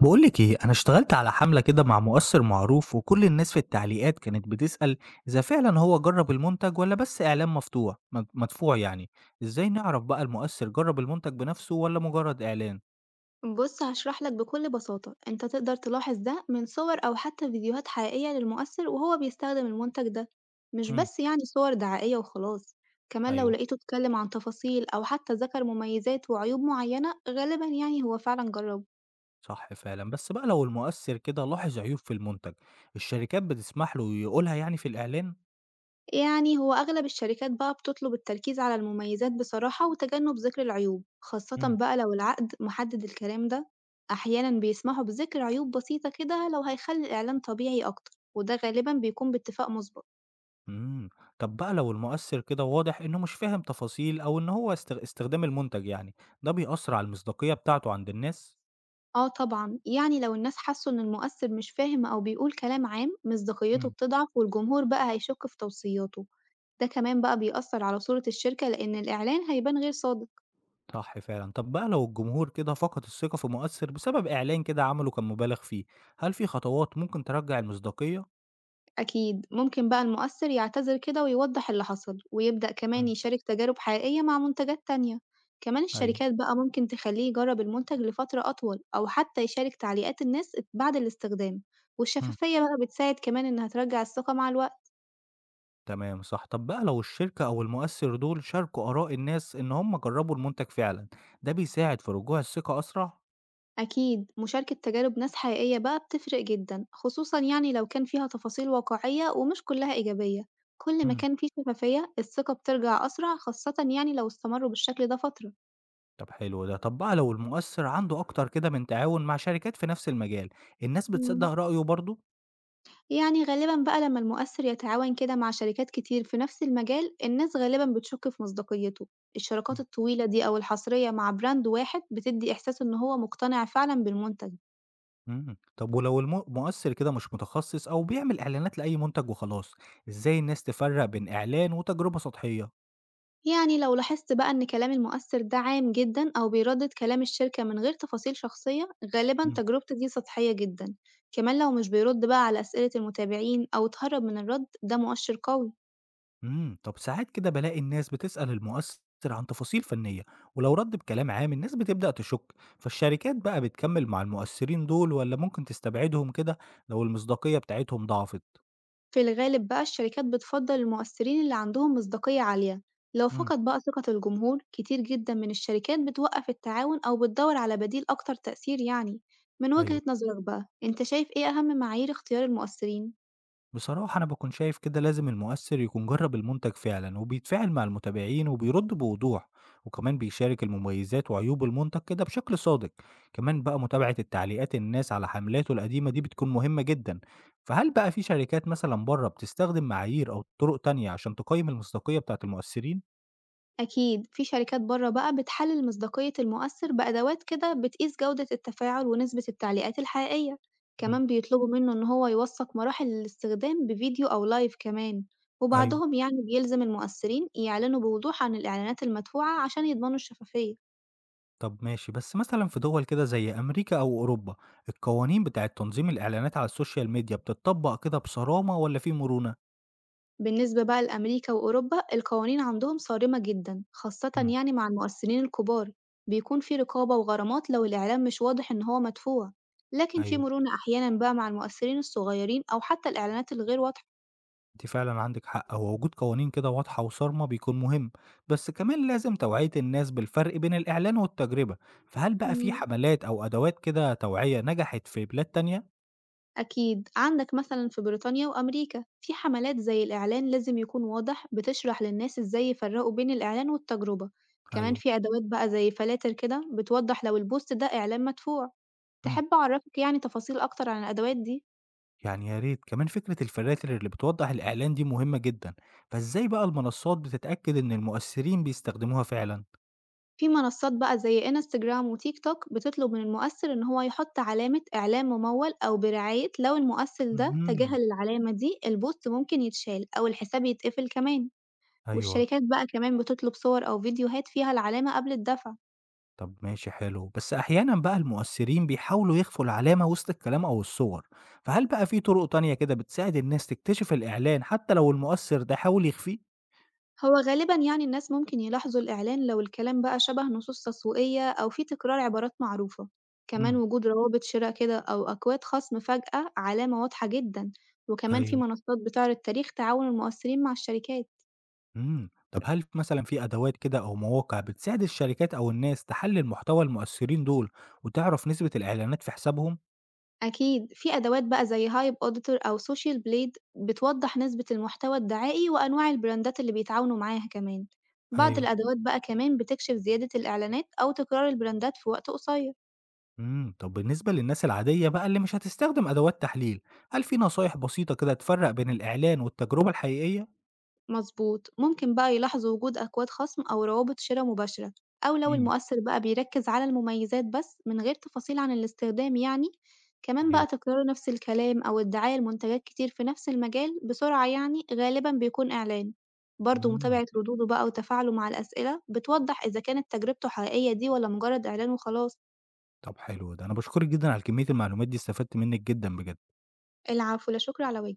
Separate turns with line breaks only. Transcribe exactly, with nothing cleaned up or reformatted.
بقولك ايه، انا اشتغلت على حملة كده مع مؤثر معروف وكل الناس في التعليقات كانت بتسأل اذا فعلا هو جرب المنتج ولا بس اعلان مفتوح مد- مدفوع يعني. ازاي نعرف بقى المؤثر جرب المنتج بنفسه ولا مجرد اعلان؟
بص هشرح لك بكل بساطة. انت تقدر تلاحظ ده من صور او حتى فيديوهات حقيقية للمؤثر وهو بيستخدم المنتج ده، مش
امم
بس يعني صور دعائية وخلاص. كمان لو
ايوه،
لقيته اتكلم عن تفاصيل او حتى ذكر مميزات وعيوب معينة، غالبا يعني هو فعلا جربه.
صح فعلا. بس بقى لو المؤثر كده لاحظ عيوب في المنتج، الشركات بتسمح له يقولها يعني في الاعلان؟
يعني هو اغلب الشركات بقى بتطلب التركيز على المميزات بصراحة وتجنب ذكر العيوب، خاصة
امم
بقى لو العقد محدد الكلام ده. احيانا بيسمحوا بذكر عيوب بسيطة كده لو هيخلي الاعلان طبيعي اكتر، وده غالبا بيكون باتفاق مسبق.
امم طب بقى لو المؤثر كده واضح انه مش فاهم تفاصيل او ان هو استغ- استخدام المنتج يعني، ده بيأثر على المصداقية بتاعته عند الناس؟
آه طبعًا، يعني لو الناس حسوا إن المؤثّر مش فاهم أو بيقول كلام عام، مصداقيته
إمم.
بتضعف والجمهور بقى هيشك في توصياته، ده كمان بقى بيأثّر على صورة الشركة لإن الإعلان هيبان غير صادق.
صح فعلًا. طب بقى لو الجمهور كده فقد الثقة في مؤثِّر بسبب إعلان كده عمله كان مُبالغ فيه، هل في خطوات ممكن ترجّع المصداقية؟
أكيد، ممكن بقى المؤثّر يعتذر كده ويوضّح اللي حصل، ويبدأ كمان
إمم.
يشارك تجارب حقيقية مع منتجات تانية. كمان
أيوه.
الشركات بقى ممكن تخلّيه يجرّب المنتج لفترة أطول أو حتى يشارك تعليقات الناس بعد الاستخدام،
إمم،
والشفافية بقى بتساعد كمان إنها ترجّع الثقة مع الوقت.
تمام صح. طب بقى لو الشركة أو المؤثِّر دول شاركوا آراء الناس إن هم جرّبوا المنتج فعلًا، ده بيساعد في رجوع الثقة أسرع؟
أكيد مشاركة تجارب ناس حقيقية بقى بتفرق جدًا، خصوصًا يعني لو كان فيها تفاصيل واقعية ومش كلها إيجابية، كل ما
إمم،
كان فيه شفافية الثقة بترجع أسرع، خاصة يعني لو استمروا بالشكل ده فترة.
طب حلو ده. طب بقى لو المؤثِّر عنده أكتر كده من تعاون مع شركات في نفس المجال، الناس بتصدّق
إمم،
رأيه برضه؟
يعني غالبًا بقى لما المؤثر يتعاون كده مع شركات كتير في نفس المجال الناس غالبًا بتشك في مصداقيته، الشراكات الطويلة دي أو الحصرية مع براند واحد بتدي إحساس إن هو مقتنع فعلًا بالمنتج.
إمم. طب ولو الم مؤثّر كده مش متخصص أو بيعمل إعلانات لأي منتج وخلاص، إزاي الناس تفرّق بين إعلان وتجربة سطحية؟
يعني لو لاحظت بقى إن كلامي المؤثر ده عام جدًا أو بيردد كلام الشركة من غير تفاصيل شخصية، غالبًا
إمم.
تجربتي دي سطحية جدًا، كمان لو مش بيرد بقى على أسئلة المتابعين أو اتهرب من الرد، ده مؤشر قوي.
إمم. طب ساعات كده بالاقي الناس بتسأل المؤثّر عن تفاصيل فنية، ولو رَد بكلام عام الناس بتبدأ تشُك، فالشركات بقى بتكمّل مع المؤثّرين دول والّا ممكن تستبعدهم كده لو المصداقية بتاعتهم ضعفت؟
في الغالب بقى الشركات بتفضل المؤثرين اللي عندهم مصداقية عالية، لو
إمم.
فقد بقى ثقة الجمهور كتير جدًا من الشركات بتوقف التعاون أو بتدور على بديل أكتر تأثير يعني. من
أيوه.
وجهة نظرك بقى أنت شايف إيه أهم معايير اختيار المؤثرين؟
بصراحة أنا بكون شايف كده لازم المؤثر يكون جرب المنتج فعلا وبيتفاعل مع المتابعين وبيرد بوضوح، وكمان بيشارك المميزات وعيوب المنتج كده بشكل صادق. كمان بقى متابعة التعليقات الناس على حملاته القديمة دي بتكون مهمة جدا. فهل بقى في شركات مثلا بره بتستخدم معايير أو طرق تانية عشان تقيم المصداقية بتاعة المؤثرين؟
أكيد، في شركات برّه بقى بتحلل مصداقية المؤثر بأدوات كده بتقيس جودة التفاعل ونسبة التعليقات الحقيقية،
مم.
كمان بيطلبوا منه إن هو يوثق مراحل الاستخدام بفيديو أو لايف كمان،
أيوه.
وبعضهم يعني بيلزم المؤثرين يعلنوا بوضوح عن الإعلانات المدفوعة عشان يضمنوا الشفافية.
طب ماشي، بس مثلا في دول كده زي أمريكا أو أوروبا، القوانين بتاعة تنظيم الإعلانات على السوشيال ميديا بتطبق كده بصرامة ولا في مرونة؟
بالنسبة بقى لأمريكا وأوروبا القوانين عندهم صارمة جدًا، خاصةً
مم.
يعني مع المؤثرين الكبار، بيكون في رقابة وغرامات لو الإعلان مش واضح إن هو مدفوع، لكن في
أيوه،
مرونة أحيانًا بقى مع المؤثرين الصغيرين أو حتى الإعلانات الغير واضحة.
انت فعلا عندك حق، هو وجود قوانين كده واضحة وصارمة بيكون مهم، بس كمان لازم توعية الناس بالفرق بين الإعلان والتجربة. فهل بقى في
إمم،
حملات أو أدوات كده توعية نجحت في بلاد تانية؟
أكيد عندك مثلًا في بريطانيا وأمريكا في حملات زي الإعلان لازم يكون واضح بتشرح للناس إزاي يفرقوا بين الإعلان والتجربة، كمان
أيوه.
في أدوات بقى زي فلاتر كده بتوضح لو البوست ده إعلان مدفوع.
مم.
تحب أعرفك يعني تفاصيل أكتر عن الأدوات دي؟
يعني يا ريت، كمان فكرة الفلاتر اللي بتوضح الإعلان دي مهمة جدا. فإزاي بقى المنصات بتتأكد إن المؤثرين بيستخدموها فعلا؟
في منصات بقى زي انستجرام وتيك توك بتطلب من المؤثر إن هو يحط علامة إعلان ممول أو برعاية. لو المؤثر ده
مهم.
تجاهل العلامة دي البوست ممكن يتشال أو الحساب يتقفل كمان.
أيوه.
والشركات بقى كمان بتطلب صور أو فيديوهات فيها العلامة قبل الدفع.
طب ماشي حلو، بس أحيانًا بقى المؤثرين بيحاولوا يخفوا العلامة وسط الكلام أو الصور، فهل بقى في طرق تانية كده بتساعد الناس تكتشف الإعلان حتى لو المؤثر ده حاول يخفيه؟
هو غالبا يعني الناس ممكن يلاحظوا الإعلان لو الكلام بقى شبه نصوص تسويقية أو في تكرار عبارات معروفة، كمان
إمم.
وجود روابط شراء كده أو أكواد خصم فجأة علامة واضحة جدا، وكمان في
أيوه.
منصات بتعرض تاريخ تعاون المؤثرين مع الشركات.
إمم، طب هل ف مثلًا في أدوات كده أو مواقع بتساعد الشركات أو الناس تحلل محتوى المؤثرين دول وتعرف نسبة الإعلانات في حسابهم؟
أكيد، في أدوات بقى زي Hype Auditor أو Social Blade بتوضح نسبة المحتوى الدعائي وأنواع البراندات اللي بيتعاونوا معاها كمان، بعض مم.
أيوه.
الأدوات بقى كمان بتكشف زيادة الإعلانات أو تكرار البراندات في وقت قصير.
إمم، طب بالنسبة للناس العادية بقى اللي مش هتستخدم أدوات تحليل، هل في نصايح بسيطة كده تفرق بين الإعلان والتجربة الحقيقية؟
مضبوط، ممكن بقى يلاحظوا وجود أكواد خصم أو روابط شِرَا مباشرة، أو لو
إمم.
المؤثّر بقى بيركّز على المميزات بس من غير تفاصيل عن الاستخدام يعني، كمان بقى
أيوه.
تكرار نفس الكلام أو الدعاية لمنتجات كتير في نفس المجال بسرعة يعني غالبًا بيكون إعلان، برضه
إمم.
متابعة ردوده بقى وتفاعله مع الأسئلة بتوضّح إذا كانت تجربته حقيقية دي والّا مجرد إعلان وخلاص.
طب حلو ده، أنا باشكرِك جدًا على كمية المعلومات دي، استفدت منِّك جدًا بجد.
العفو لا شكر على واجب.